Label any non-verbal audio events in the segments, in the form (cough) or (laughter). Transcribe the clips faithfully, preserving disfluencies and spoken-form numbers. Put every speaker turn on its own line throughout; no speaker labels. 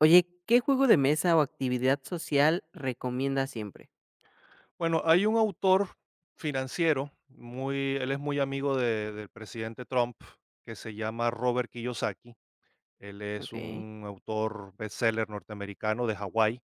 Oye, ¿qué juego de mesa o actividad social recomiendas siempre?
Bueno, hay un autor financiero, muy, él es muy amigo de- del presidente Trump, que se llama Robert Kiyosaki. Él es
Okey,
un autor bestseller norteamericano de Hawái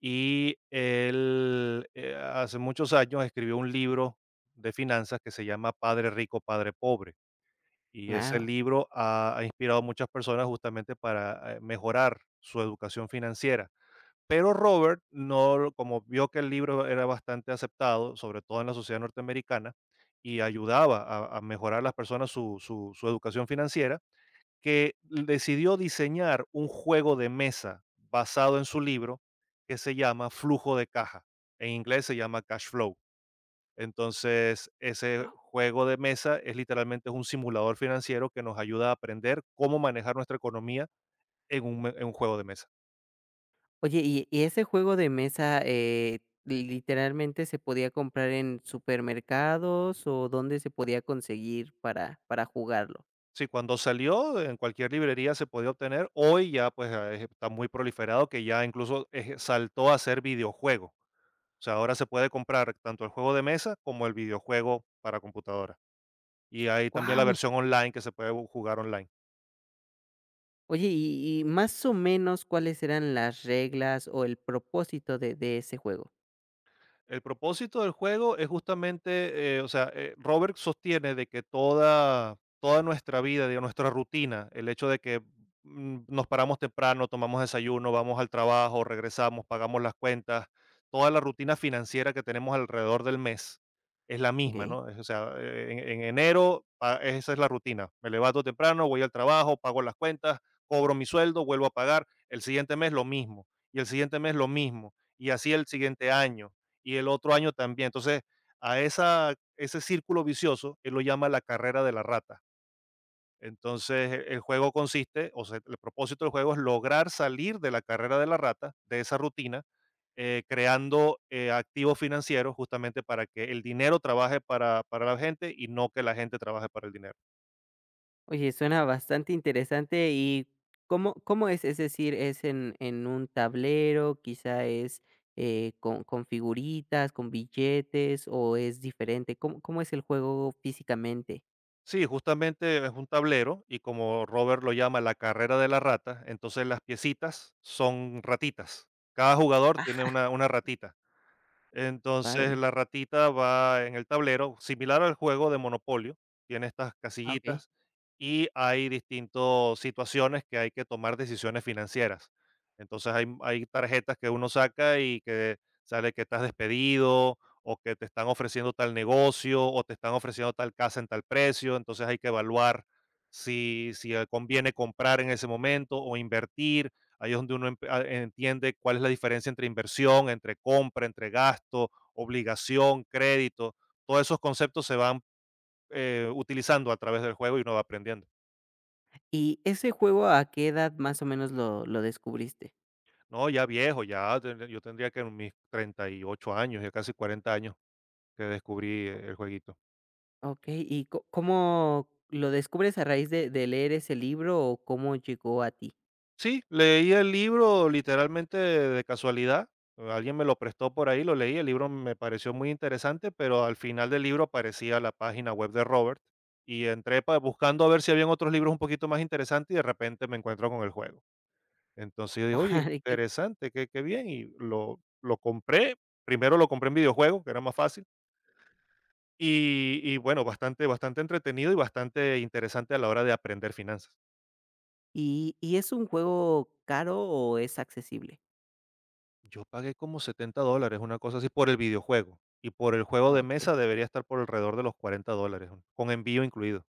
y él eh, hace muchos años escribió un libro de finanzas que se llama Padre Rico, Padre Pobre. Y ese
claro.
libro ha, ha inspirado a muchas personas justamente para eh, mejorar su educación financiera. Pero Robert, no, como vio que el libro era bastante aceptado, sobre todo en la sociedad norteamericana, y ayudaba a a mejorar las personas su su su educación financiera, que decidió diseñar un juego de mesa basado en su libro, que se llama Flujo de Caja. En inglés se llama Cash Flow. Entonces, ese juego de mesa es literalmente un simulador financiero que nos ayuda a aprender cómo manejar nuestra economía en un me en un juego de mesa.
Oye, y y ese juego de mesa, eh, li- ¿literalmente se podía comprar en supermercados o dónde se podía conseguir para para jugarlo?
Sí, cuando salió en cualquier librería se podía obtener. Hoy ya pues ah, es- está muy proliferado que ya incluso eh, saltó a ser videojuego. O sea, ahora se puede comprar tanto el juego de mesa como el videojuego para computadora. Y hay también la
Wow.
versión online que se puede jugar online.
Oye, y y más o menos, ¿cuáles eran las reglas o el propósito de de ese juego?
El propósito del juego es justamente, eh, o sea, eh, Robert sostiene de que toda, toda nuestra vida, digo, nuestra rutina, el hecho de que mm, nos paramos temprano, tomamos desayuno, vamos al trabajo, regresamos, pagamos las cuentas, toda la rutina financiera que tenemos alrededor del mes es la misma,
Okey.
¿no? Es- O sea, eh, en, en enero, pa- esa es la rutina. Me levanto temprano, voy al trabajo, pago las cuentas, cobro mi sueldo, vuelvo a pagar. El siguiente mes lo mismo. Y el siguiente mes lo mismo. Y así el siguiente año y el otro año también. Entonces, a esa, ese círculo vicioso él lo llama la carrera de la rata. Entonces, e- el juego consiste, o sea, el propósito del juego es lograr salir de la carrera de la rata, de esa rutina, eh, creando eh, activos financieros justamente para que el dinero trabaje para, para la gente y no que la gente trabaje para el dinero.
Oye, suena bastante interesante. ¿Y cómo, cómo es? Es decir, ¿es en, en un tablero? ¿Quizá es eh, con, con figuritas, con billetes? ¿O es diferente? ¿Cómo, cómo es el juego físicamente?
Sí, justamente es un tablero y como Robert lo llama la carrera de la rata, entonces las piecitas son ratitas. Cada jugador
Ah,
tiene una, una ratita.
qué
Entonces
padre.
la ratita va en el tablero, similar al juego de Monopolio, tiene estas
Ah, ok.
casillitas y hay distintas situaciones que hay que tomar decisiones financieras. Entonces hay, hay tarjetas que uno saca y que sale que estás despedido o que te están ofreciendo tal negocio o te están ofreciendo tal casa en tal precio. Entonces hay que evaluar si, si eh, conviene comprar en ese momento o invertir. Ahí es donde uno empe- a- entiende cuál es la diferencia entre inversión, entre compra, entre gasto, obligación, crédito. Todos esos conceptos se van eh, utilizando a través del juego y uno va aprendiendo.
¿Y ese juego a qué edad más o menos lo, lo descubriste?
No, ya viejo, ya ten- yo tendría que en mis treinta y ocho años, ya casi cuarenta años que descubrí
O-
el jueguito.
Ok. ¿Y co- cómo lo descubres a raíz de, de leer ese libro o cómo llegó a ti?
Sí, leí el libro literalmente de casualidad. eh, Alguien me lo prestó por ahí, lo leí. El libro me pareció muy interesante, pero al final del libro aparecía la página web de Robert y entré pa- buscando a ver si habían otros libros un poquito más interesantes y de repente me encuentro con el juego. Entonces yo
(laughs)
digo, oye,
Órale, qué-
interesante, qué, qué bien. Y lo, lo compré. Primero lo compré en videojuego, que era más fácil. Y, y bueno, bastante, bastante entretenido y bastante interesante a la hora de aprender finanzas.
¿Y, y es un juego caro o es accesible?
Yo pagué como setenta dólares, una cosa así, por el videojuego, y por el juego
Ah,
de
ok.
mesa debería estar por alrededor de los cuarenta dólares, con envío incluido.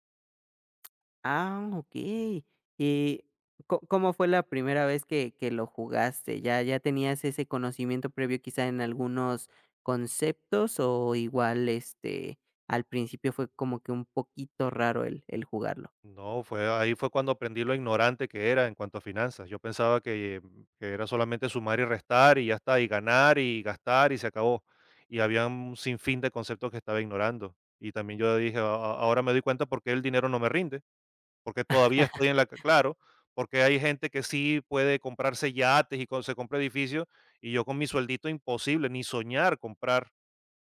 Ah, okey. Y ¿có cómo fue la primera vez que que lo jugaste? ¿Ya ya tenías ese conocimiento previo quizá en algunos conceptos o igual, este, al principio fue como que un poquito raro el el jugarlo?
No, fue ahí fue cuando aprendí lo ignorante que era en cuanto a finanzas. Yo pensaba que, mm, que era solamente sumar y restar y ya está, y ganar y gastar y se acabó. Y había un sinfín de conceptos que estaba ignorando. Y también yo dije: "A a ahora me doy cuenta por qué el dinero no me rinde". Porque todavía estoy en la que, claro, porque hay gente que sí puede comprarse yates y co se compra edificios, y yo con mi sueldito imposible, ni soñar comprar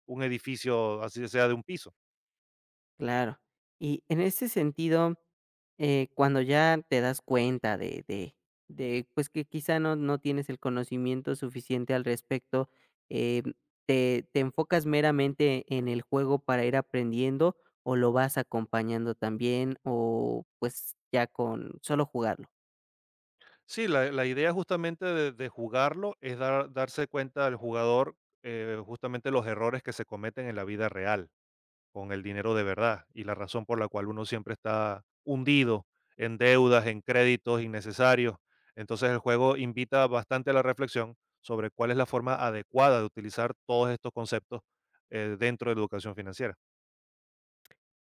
un edificio, así sea de un piso.
Claro. Y en ese sentido, eh, cuando ya te das cuenta de de de, pues, que quizá no no tienes el conocimiento suficiente al respecto, em, ¿te te enfocas meramente en el juego para ir aprendiendo, o lo vas acompañando también, o, pues, ya con solo jugarlo?
Sí, la la idea justamente de de jugarlo es dar darse cuenta al jugador, eh, justamente los errores que se cometen en la vida real, con el dinero de verdad y la razón por la cual uno siempre está hundido en deudas, en créditos innecesarios. Entonces el juego invita bastante a la reflexión sobre cuál es la forma adecuada de utilizar todos estos conceptos eh, dentro de la educación financiera.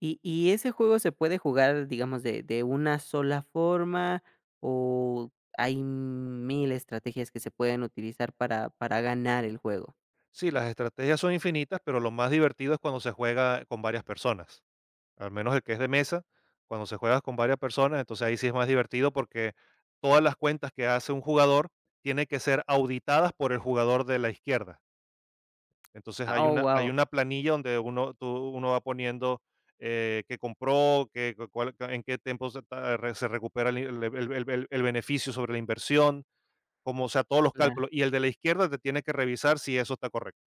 ¿Y y ese juego se puede jugar, digamos, de de una sola forma, o hay mil estrategias que se pueden utilizar para para ganar el juego?
Sí, las estrategias son infinitas, pero lo más divertido es cuando se juega con varias personas, al menos el que es de mesa, cuando se juega con varias personas, entonces ahí sí es más divertido porque todas las cuentas que hace un jugador tienen que ser auditadas por el jugador de la izquierda. Entonces
Ah,
hay
oh,
una hay
wow,
una planilla donde uno tú uno va poniendo, eh, qué compró, qué cu cuál en qué tiempo se ta re se recupera el el el el el el beneficio sobre la inversión, como, o sea, todos los
claro,
cálculos. Y el de la izquierda te tiene que revisar si eso está correcto.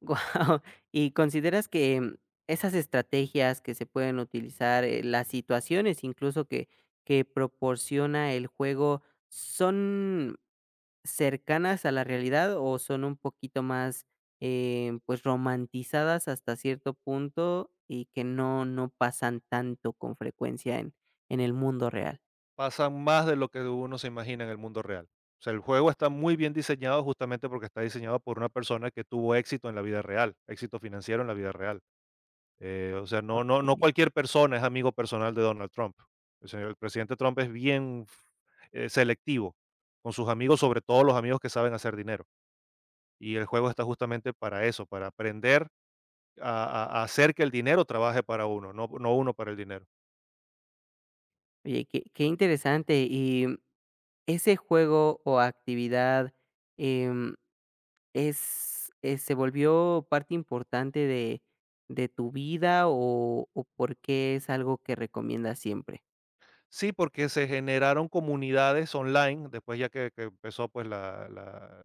guau. (laughs) ¿Y consideras que mm, esas estrategias que se pueden utilizar, eh, las situaciones incluso que que proporciona el juego, son cercanas a la realidad o son un poquito más, eh, pues, romantizadas hasta cierto punto y que no no pasan tanto con frecuencia en en el mundo real?
Pasan más de lo que uno se imagina en el mundo real. O sea, el juego está muy bien diseñado justamente porque está diseñado por una persona que tuvo éxito en la vida real, éxito financiero en la vida real. Eh, o sea, no no no
Okey.
cualquier persona es amigo personal de Donald Trump. O sea, el presidente Trump es bien eh, selectivo con sus amigos, sobre todo los amigos que saben hacer dinero. Y el juego está justamente para eso, para aprender a, a- a hacer que el dinero trabaje para uno, no, no uno para el dinero.
Oye, qué qué interesante. Y mm, ese juego o actividad, em, es eh, ¿se volvió parte importante de de tu vida o o por qué es algo que recomiendas siempre?
Sí, porque se generaron comunidades online después ya que, que empezó pues la, la-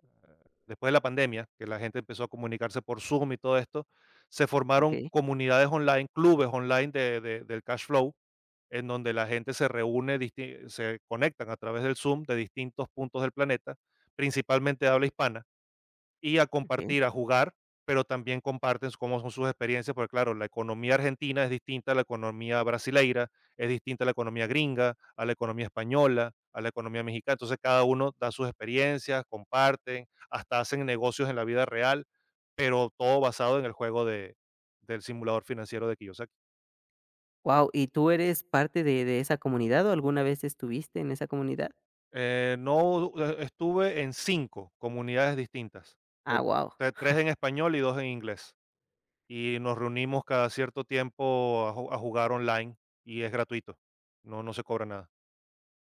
después de la pandemia, que la gente empezó a comunicarse por Zoom y todo esto, se formaron
Okey,
comunidades online, clubes online de- de- del cash flow, en donde la gente se reúne, disti- se conectan a través del Zoom de distintos puntos del planeta, principalmente de habla hispana, y a
okey.
compartir, a jugar, pero también comparten cómo son sus experiencias, porque claro, la economía argentina es distinta a la economía brasileira, es distinta a la economía gringa, a la economía española, a la economía mexicana. Entonces cada uno da sus experiencias, comparten, hasta hacen negocios en la vida real, pero todo basado en el juego de, del simulador financiero de Kiyosaki.
Wow. ¿Y tú eres parte de de esa comunidad o alguna vez estuviste en esa comunidad?
Eh, no, eh, estuve en cinco comunidades distintas,
Ah,
por
wow.
tre tres en español y dos en inglés, y nos reunimos cada cierto tiempo a ju a jugar online y es gratuito, no no se cobra nada.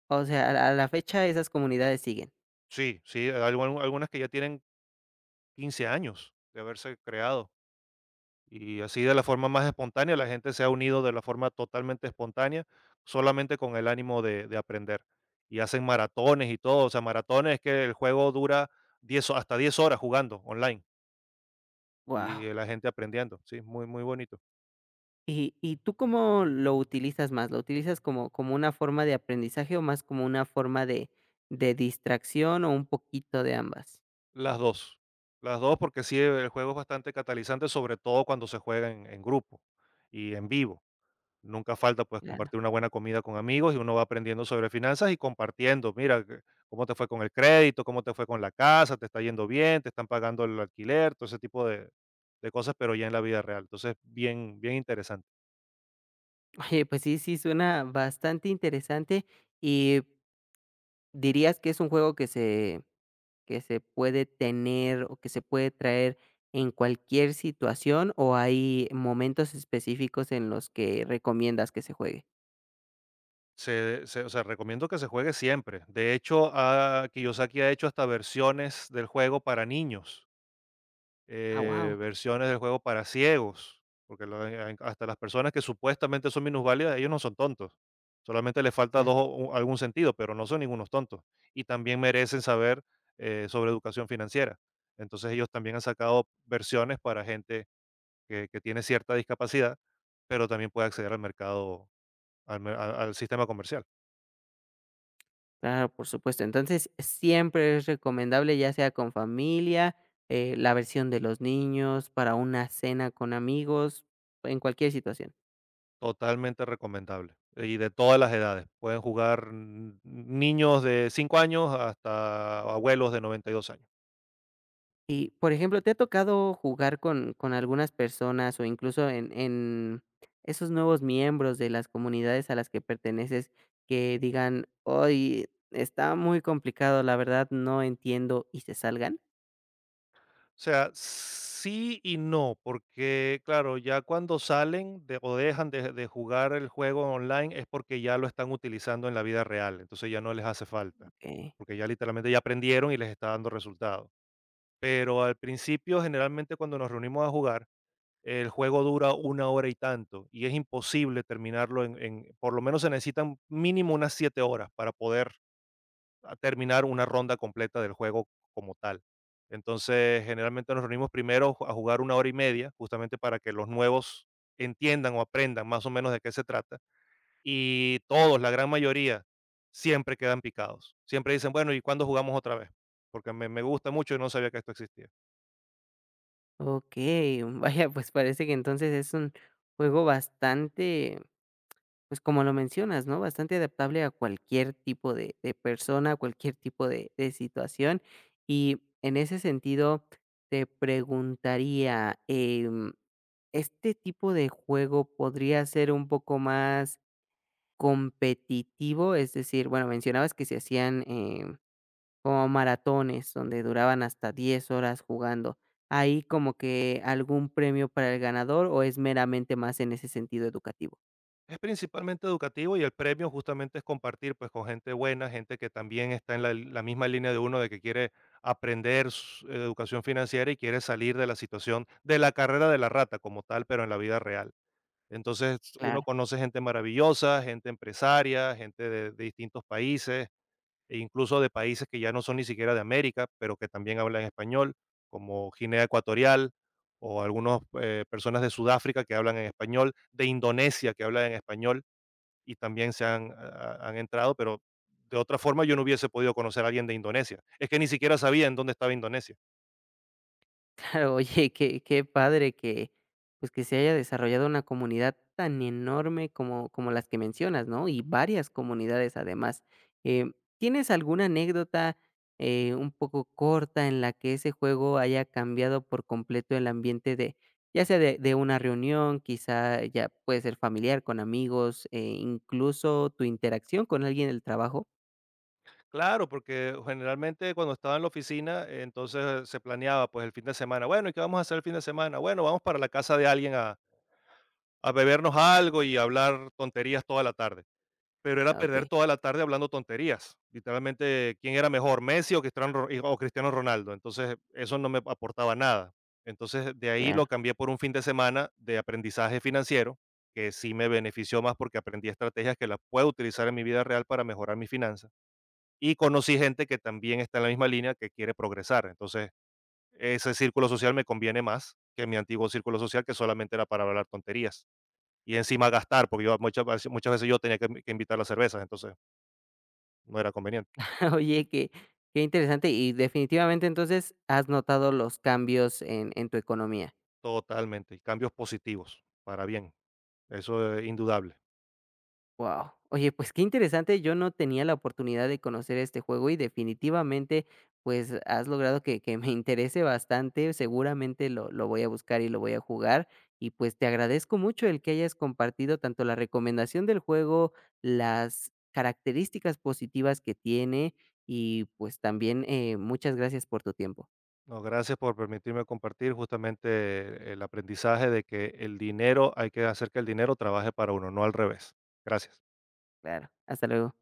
O sea, a la a la fecha esas comunidades siguen.
Sí, sí, algu algunas que ya tienen quince años de haberse creado, y así de la forma más espontánea, la gente se ha unido de la forma totalmente espontánea, solamente con el ánimo de de aprender, y hacen maratones y todo, o sea, maratones que el juego dura diez hasta diez horas jugando online. Y,
Wow.
eh, la gente aprendiendo, sí, muy, muy bonito.
¿Y y tú cómo lo utilizas más? ¿Lo utilizas como como una forma de aprendizaje o más como una forma de de distracción o un poquito de ambas?
Las dos, las dos, porque sí, el juego es bastante catalizante, sobre todo cuando se juega en en grupo y en vivo. Nunca falta, pues,
Claro.
compartir una buena comida con amigos y uno va aprendiendo sobre finanzas y compartiendo. Mira, que cómo te fue con el crédito, cómo te fue con la casa, te está yendo bien, te están pagando el alquiler, todo ese tipo de de cosas, pero ya en la vida real. Entonces, bien, bien interesante.
Oye, pues sí, sí, suena bastante interesante, y ¿dirías que es un juego que se que se puede tener o que se puede traer en cualquier situación, o hay momentos específicos en los que recomiendas que se juegue?
Se se o sea, recomiendo que se juegue siempre. De hecho, ah, Kiyosaki ha hecho hasta versiones del juego para niños,
Ah,
eh,
wow.
versiones del juego para ciegos, porque lo han hasta las personas que supuestamente son minusválidas, ellos no son tontos. Solamente les falta
Claro.
dos o un- algún sentido, pero no son ningunos tontos. Y también merecen saber, eh, sobre educación financiera. Entonces, ellos también han sacado versiones para gente que que tiene cierta discapacidad, pero también puede acceder al mercado, al mer a al sistema comercial.
Claro, por supuesto. Entonces, siempre es recomendable, ya sea con familia, eh, la versión de los niños, para una cena con amigos, en cualquier situación.
Totalmente recomendable, y de todas las edades. Pueden jugar n niños de cinco años hasta abuelos de noventa y dos años.
Y, por ejemplo, ¿te ha tocado jugar con, con, algunas personas o incluso en, en esos nuevos miembros de las comunidades a las que perteneces que digan, hoy está muy complicado, la verdad no entiendo y se salgan?
O sea, sí y no, porque, claro, ya cuando salen de o dejan de de jugar el juego online es porque ya lo están utilizando en la vida real, entonces ya no les hace falta,
Ok,
porque ya literalmente ya aprendieron y les está dando resultado. Pero al principio, generalmente, cuando nos reunimos a jugar El juego dura una hora y tanto, y es imposible terminarlo en en por lo menos se necesitan mínimo unas siete horas para poder a terminar una ronda completa del juego como tal. Entonces, generalmente nos reunimos primero a jugar una hora y media, justamente para que los nuevos entiendan o aprendan más o menos de qué se trata, y todos, la gran mayoría, siempre quedan picados. Siempre dicen: "Bueno, ¿y cuándo jugamos otra vez? Porque me me gusta mucho y no sabía que esto existía".
ok, (laughs) vaya, pues parece que entonces es un juego bastante. Pues, como lo mencionas, ¿no? Bastante adaptable a cualquier tipo de de persona, a cualquier tipo de de situación. Y en ese sentido, te preguntaría, em, ¿este tipo de juego podría ser un poco más competitivo? Es decir, bueno, mencionabas que se hacían, em, como maratones, donde duraban hasta diez horas jugando. ¿Hay como que algún premio para el ganador, o es meramente más en ese sentido educativo?
Es principalmente educativo y el premio justamente es compartir pues con gente buena, gente que también está en la, la misma línea de uno de que quiere aprender s- educación financiera y quiere salir de la situación de la carrera de la rata como tal, pero en la vida real. Entonces uno conoce gente maravillosa, gente empresaria, gente de, de distintos países e incluso de países que ya no son ni siquiera de América, pero que también hablan español, como Guinea Ecuatorial o algunas personas de Sudáfrica que hablan en español, de Indonesia que hablan en español y también se han, ha- han entrado, pero de otra forma yo no hubiese podido conocer a alguien de Indonesia. Es que ni siquiera sabía en dónde estaba Indonesia.
Claro, oye, qué qué padre que, pues, que se haya desarrollado una comunidad tan enorme como como las que mencionas, ¿no? Y varias comunidades además. Em, ¿tienes alguna anécdota, eh, un poco corta en la que ese juego haya cambiado por completo el ambiente de, ya sea de de una reunión, quizá ya puede ser familiar, con amigos, eh, incluso tu interacción con alguien del trabajo?
Claro, porque generalmente cuando estaba en la oficina, eh, entonces se planeaba pues el fin de semana. Bueno, ¿y qué vamos a hacer el fin de semana? Bueno, vamos para la casa de alguien a, a bebernos algo y hablar tonterías toda la tarde. Pero era
Ah,
perder toda la tarde hablando tonterías. Literalmente, ¿quién era mejor, Messi o Cristiano Ro- o Cristiano Ronaldo? Entonces, eso no me aportaba nada. Entonces, de ahí lo cambié por un fin de semana de aprendizaje financiero, que sí me benefició más porque aprendí estrategias que las puedo utilizar en mi vida real para mejorar mis finanzas. Y conocí gente que también está en la misma línea que quiere progresar. Entonces, ese círculo social me conviene más que mi antiguo círculo social, que solamente era para hablar tonterías y encima gastar, porque yo muchas, veces- muchas veces yo tenía que, que invitar las cervezas, entonces no era conveniente,
(laughs) Oye, qué qué interesante. Y definitivamente, entonces, has notado los cambios en en tu economía.
Totalmente. Y cambios positivos, para bien, eso es indudable.
Wow. Oye, pues, qué interesante. Yo no tenía la oportunidad de conocer este juego y definitivamente, pues, has logrado que que me (laughs) interese bastante. Seguramente lo lo voy a buscar y lo voy a jugar. Y, pues, te agradezco mucho el que hayas compartido tanto la recomendación del juego, las características positivas que tiene y, pues, también, eh, muchas gracias por tu tiempo.
No, gracias por permitirme compartir justamente el aprendizaje de que el dinero, hay que hacer que el dinero trabaje para uno, no al revés. Gracias.
Claro, hasta luego.